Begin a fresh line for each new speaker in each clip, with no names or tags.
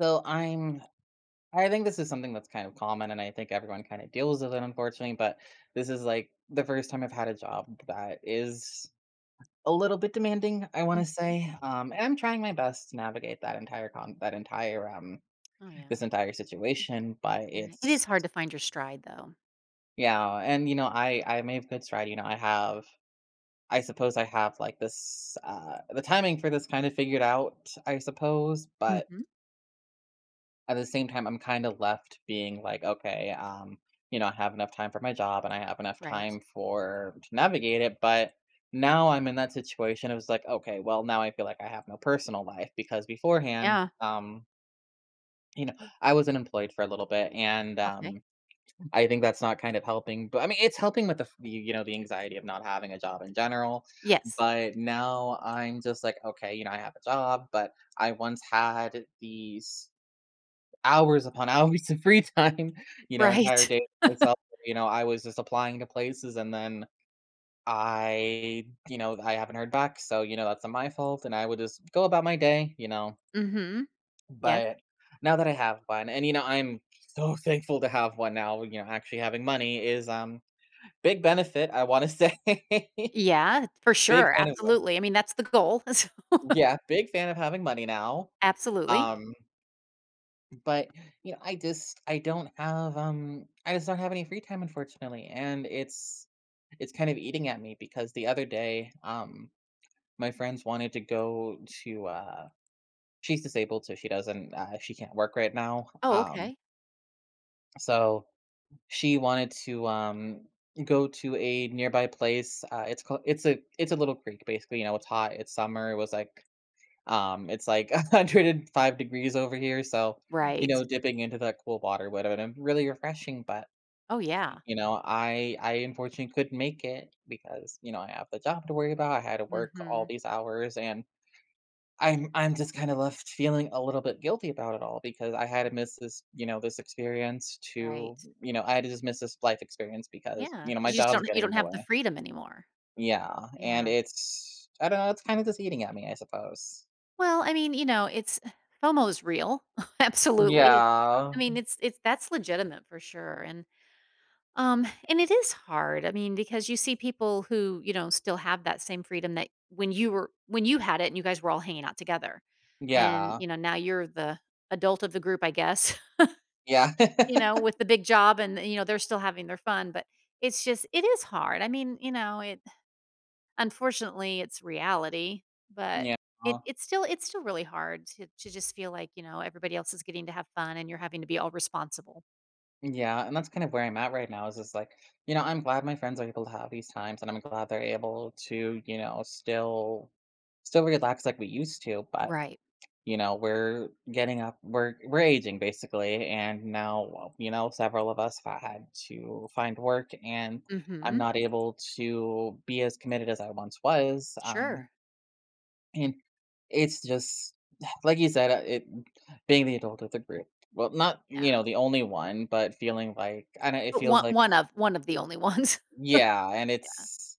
So I'm I think this is something that's kind of common and I think everyone kind of deals with it, unfortunately, but this is like the first time I've had a job that is a little bit demanding, I want to
Mhm.
say. And I'm trying my best to navigate that entire
Oh, yeah.
this entire situation, but
Right. It is
it's
hard to find your stride, though.
yeah, and you know, I made good stride, you know, I suppose I have like this the timing for this kind of figured out, I suppose. But
Mhm.
at the same time, I'm kind of left being like, okay, you know, I have enough time for my job and I have enough
Right.
time for to navigate it. But now I'm in that situation. It was like, okay, well, now I feel like I have no personal life because beforehand,
Yeah.
you know, I was unemployed for a little bit, and
Okay.
I think that's not kind of helping. But I mean, it's helping with the the anxiety of not having a job in general.
Yes.
But now I'm just like, okay, you know, I have a job, but I once had these hours upon hours of free time, you know, entire
Right.
day to myself. You know, I was just applying to places and then I haven't heard back, so, you know, that's not my fault, and I would just go about my day, you know,
Mhm. Yes.
but now that I have one and, you know, I'm so thankful to have one now. You know, actually having money is, big benefit, I wanna say.
Yeah, for
Big
sure.
fan
Absolutely. I mean, that's the goal. So
Yeah, big fan of having money now,
absolutely.
um but, you know, I don't have, I just don't have any free time, unfortunately, and it's kind of eating at me because the other day, my friends wanted to she's disabled, so she can't work right now,
Oh, okay.
so she wanted to, go to a nearby place, it's a little creek, basically. You know, it's hot, it's summer, it's like 105 degrees over here, so, you
Right.
know, dipping into that cool water would have been really refreshing. But,
Oh, yeah.
you know, I unfortunately couldn't make it because, you know, I have the job to worry about, I had to work all
Mhm.
these hours, and I'm just kinda left feeling a little bit guilty about it all because I had to miss this,
Right.
you know, I had to just miss this life experience because,
Yeah.
you know, my
Because you just
job's
don't, you
getting in
don't
my
have the
way.
freedom anymore.
Yeah, and
Yeah.
it's I don't know, it's kinda just eating at me, I suppose.
Well, I mean, you know, it's FOMO is real. Absolutely. It's I
Yeah.
mean, it's that's legitimate for sure, and it is hard. I mean, because you see people who, you know, still have that same freedom that when you were when you had it and you guys were all hanging out together. And,
Yeah.
you know, now you're the adult of the group, I guess.
Yeah.
You know, with the big job, and, you know, they're still having their fun, but it's just it is hard. I mean, you know, it unfortunately it's reality, but
Yeah.
it's still it's still really hard to just feel like, you know, everybody else is getting to have fun and you're having to be all responsible.
Yeah, and that's kind of where I'm at right now is just like, you know, I'm glad my friends are able to have these times, and I'm glad they're able to, you know, still relax like we used to. But,
Right.
you know, we're getting up we're aging basically, and now, well, you know, several of us have had to find work, and I'm
Mhm.
not able to be as committed as I once was.
Sure.
And it's just like you said, it being the adult of the group. Well, not, you
Yeah.
know, the only one, but feeling like I know it
But
feels
one
like
one of one of the only ones.
yeah, and
Yeah.
it's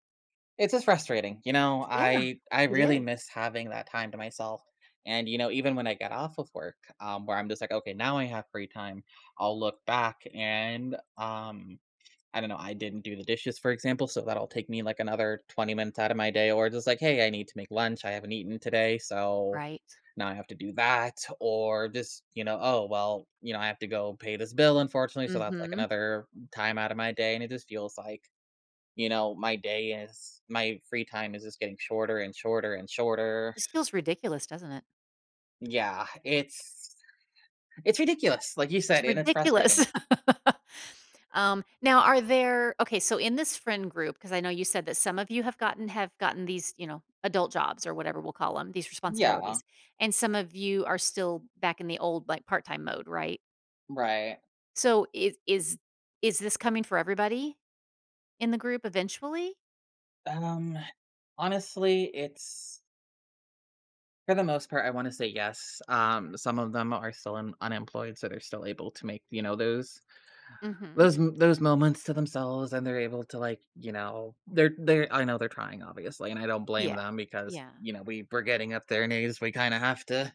it's just frustrating. You know,
Yeah,
I
it
really
is.
miss having that time to myself. And you know, even when I get off of work, where I'm just like, okay, now I have free time, I'll look back and I don't know, I didn't do the dishes, for example, so that'll take me like another 20 minutes out of my day, or just like, hey, I need to make lunch, I haven't eaten today, so
Right.
now I have to do that, or just, you know, oh, well, you know, I have to go pay this bill, unfortunately. So that's like
Mhm.
another time out of my day. And it just feels like, you know, my free time is just getting shorter and shorter and shorter.
This feels ridiculous, doesn't it?
Yeah. It's ridiculous, like you
It's
said, and it's
ridiculous.
frustrating.
Now are there okay, so in this friend group, because I know you said that some of you have gotten these, you know, adult jobs or whatever we'll call them, these
Yeah.
responsibilities, and some of you are still back in the old, like, part-time mode, right?
Right.
So is this coming for everybody in the group eventually?
Um, Honestly, it's, for the most part, I want to say yes. Some of them are still unemployed, so they're still able to make, you know,
Mhm.
those m those moments to themselves, and they're able to, like, you know they're I know they're trying, obviously, and I don't blame
Yeah.
them because,
Yeah.
you know, we're getting up there in age, we kinda have to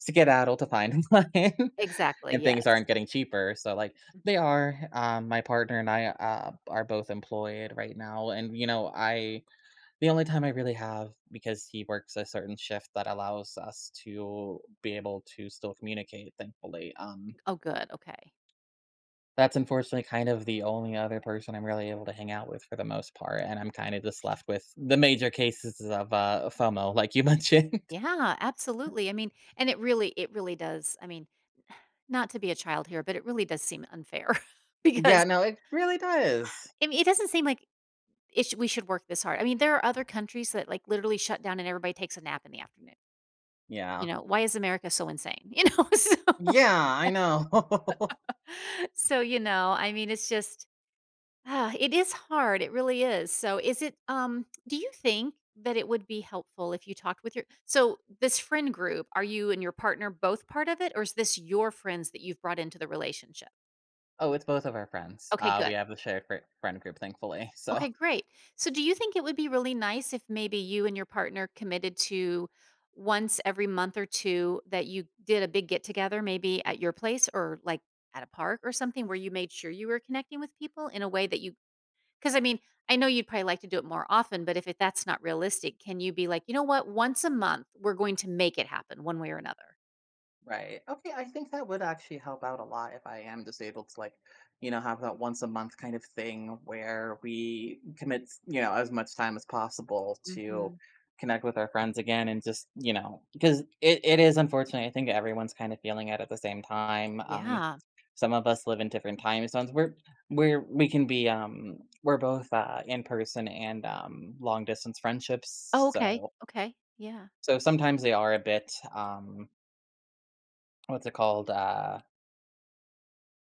skedaddle to find a client,
Exactly,
and things
yes.
aren't getting cheaper, so, like, they
Mhm.
are. My partner and I, are both employed right now, and, you know, I the only time I really have because he works a certain shift that allows us to be able to still communicate, thankfully,
Oh, good, okay.
that's unfortunately kind of the only other person I'm really able to hang out with for the most part, and I'm kinda just left with the major cases of, FOMO, like you mentioned.
Yeah, absolutely. I mean, and it really does, I mean, not to be a child here, but it really does seem unfair
Yeah,
because,
no, it really does.
I mean, it doesn't seem like it sh we should work this hard. I mean, there are other countries that, like, literally shut down and everybody takes a nap in the afternoon, you
Yeah.
know? Why is America so insane? You know? So
Yeah, I know.
so, you know, I mean, it's just ah, it is hard, it really is. So is it do you think that it would be helpful if you talked with your so this friend group, are you and your partner both part of it, or is this your friends that you've brought into the relationship?
Oh, it's both of our friends.
Okay,
We
good.
have the shared fr friend group, thankfully. So
Okay, great. So do you think it would be really nice if maybe you and your partner committed to once every month or two that you did a big get together, maybe at your place or like at a park or something where you made sure you were connecting with people in a way that you 'cause I mean, I know you'd probably like to do it more often, but if it that's not realistic, can you be like, "You know what? Once a month, we're going to make it happen one way or another."
right, okay, I think that would actually help out a lot if I am disabled to like, you know, have that once a month kind of thing where we commit, you know, as much time as possible to
Mhm.
connect with our friends again, and just, you know, because it is unfortunate. I think everyone's kind of feeling it at the same time.
Yeah.
Some of us live in different time zones. We're we can be we're both in person and long distance friendships.
Oh, okay.
So
Okay. Yeah.
so sometimes they are a bit what's it called?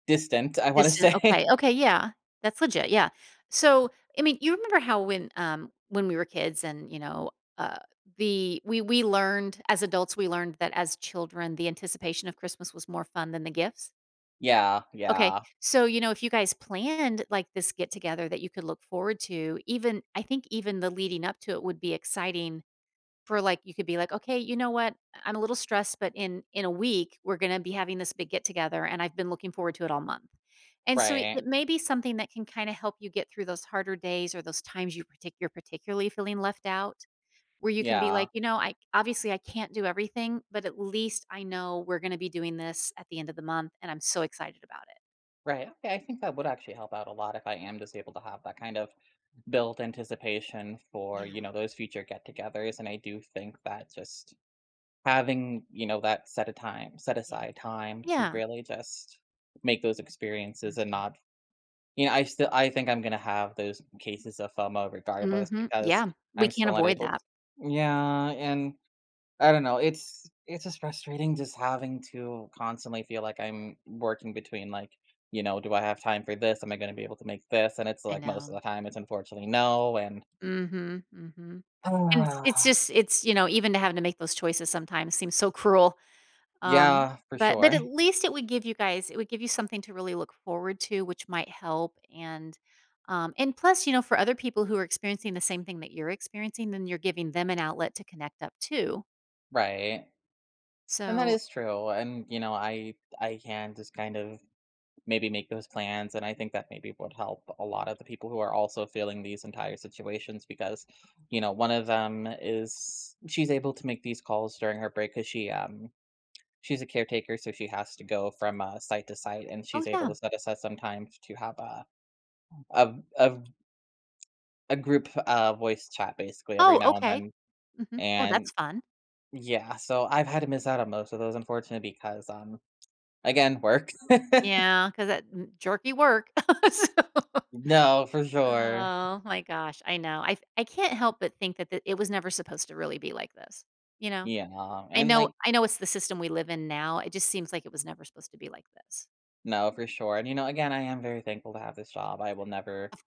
Distant, I wanna
Distant. Okay.
say.
Okay, yeah. That's legit, yeah. So, I mean, you remember how when we were kids and, you know, uh, the we learned as adults, we learned that as children, the anticipation of Christmas was more fun than the gifts?
Yeah,
Okay.
yeah,
So, you know, if you guys planned like this get together that you could look forward to, even I think even the leading up to it would be exciting for like you could be like, "Okay, you know what? I'm a little stressed, but in a week we're going to be having this big get together and I've been looking forward to it all month." And so
right,
it may be something that can kind of help you get through those harder days or those times you you're particularly feeling left out where you can be
yeah,
like, "You know, I obviously I can't do everything, but at least I know we're going to be doing this at the end of the month and I'm so excited about it."
right, okay, I think that would actually help out a lot if I am just able to have that kind of built anticipation for,
Yeah.
you know, those future get-togethers. And I do think that just having, you know, that set
Yeah.
aside time to
Yeah.
really just make those experiences, and
Mhm.
not you know, I think I'm gonna have those cases of FOMO regardless
Mhm.
because
Yeah. We
I'm
can't
still not
avoid
able
that.
yeah, and I don't know, it's just frustrating just having to constantly feel like I'm working between, like, you know, "Do I have time for this? Am I gonna be able to make this?" And it's,
I
like, most
know.
of the time, it's unfortunately no, and
Mhm. Mhm. And it's
ah,
just you know, even to having to make those choices sometimes seems so cruel. Um,
yeah, for
but
sure,
at least it would give you guys it would give you something to really look forward to, which might help, and plus, you know, for other people who are experiencing the same thing that you're experiencing, then you're giving them an outlet to connect up too.
right, and that
So
is true. And, you know, I can just kind of maybe make those plans, and I think that maybe would help a lot of the people who are also feeling these entire situations because, you know, one of them is she's able to make these calls during her break because she's a caretaker, so she has to go from, site to site, and
oh,
she's able
yeah.
to set aside some time to have a a a group, voice chat basically every
Oh,
now and
okay.
then.
Mhm. Oh, that's
And
fun.
yeah, so I've had to miss out on most of those, unfortunately, because,
Um
again, work.
Yeah, because that m jerky work. So
No, for sure.
oh my gosh, I know. I can't help but think that th it was never supposed to really be like this, you know?
Yeah,
I
and,
know
like
I know it's the system we live in now, it just seems like it was never supposed to be like this.
no, for sure. And, you know, again, I am very thankful to have this job, I will never,
Of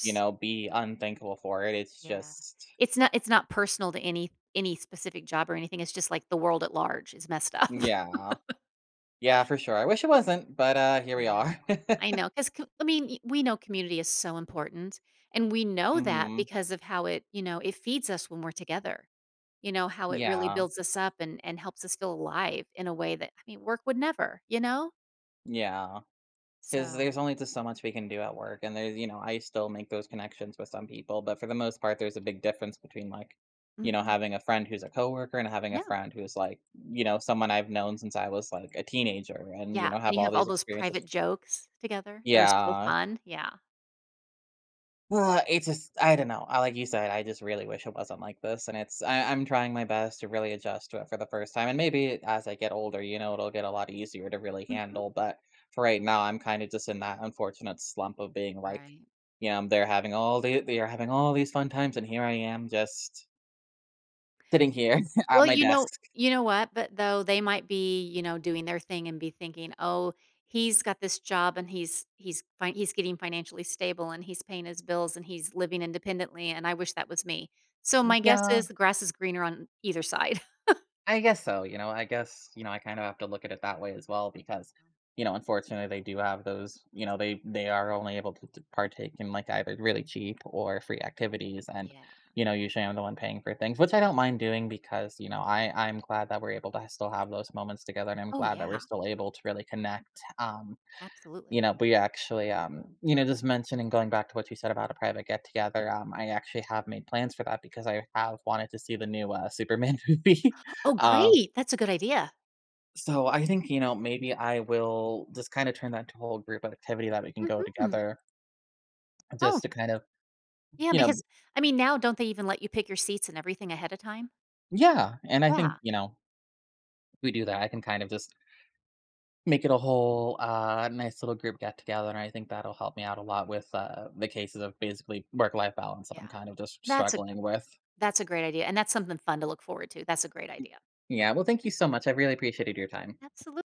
you know, be unthankful for it, it's
Yeah.
just
It's not personal to any specific job or anything, it's just like the world at large is messed up.
yeah. Yeah, for sure, I wish it wasn't, but, here we
Yeah,
are.
I know. Because I mean, y we know community is so important, and we know that
Mhm.
because of how it you know, it feeds us when we're together. You know, how it really
Yeah,
builds us up and helps us feel alive in a way that, I mean, work would never, you know?
yeah, because
So
there's only just so much we can do at work, and there's you know, I still make those connections with some people, but for the most part, there's a big difference between, like, you know,
mhm.
having a friend who's a coworker and having a
Yeah,
friend who's, like, you know, someone I've known since I was, like, a teenager and, you
yeah,
know,
and
have
you
all
have all
these
those
experiences
private jokes together that are so
yeah.
fun, yeah.
It just I don't know. I like you said, I just really wish it wasn't like this, and it's I'm trying my best to really adjust to it for the first time, and maybe as I get older, you know, it'll get a lot easier to really
Mhm.
handle. But for right now, I'm kind of just in that unfortunate slump of being like,
Right.
you know, they're having all these fun times, and here I am just sitting here at
Well,
my desk.
you know what? But though they might be, you know, doing their thing and be thinking, "Oh, he's got this job and he's getting financially stable and he's paying his bills and he's living independently, and I wish that was me." So my guess
Yeah.
is the grass is greener on either side.
I guess so, you know, I guess, you know, I kind of have to look at it that way as well because, you know, unfortunately they do have those, you know, they are only able to partake in like either really cheap or free activities. And
Yeah.
you know, usually I'm the one paying for things, which I don't mind doing because, you know, I'm glad that we're able to still have those moments together, and I'm
Oh,
glad that we're
yeah.
still able to really connect. You
Absolutely.
know, we actually you know, just mentioning going back to what you said about a private get together, I
Mhm.
actually have made plans for that because I have wanted to see the new Superman movie.
Oh,
um
great. That's a good idea.
so I think, you know, maybe I will just kind of turn that into a whole group activity that we can go
Mhm.
together
Oh,
just to kind of,
yeah,
you know,
because I mean, now don't they even let you pick your seats and everything ahead of time?
yeah. And I
Yeah,
think, you know, if we do that, I can kind of just make it a whole nice little group get together. And I think that'll help me out a lot with the cases of basically work life balance that I'm
yeah.
kind of just
That's a
struggling with.
that's a great idea, and that's something fun to look forward to. That's a great idea.
Yeah. Well, thank you so much. I really appreciated your time.
Absolutely.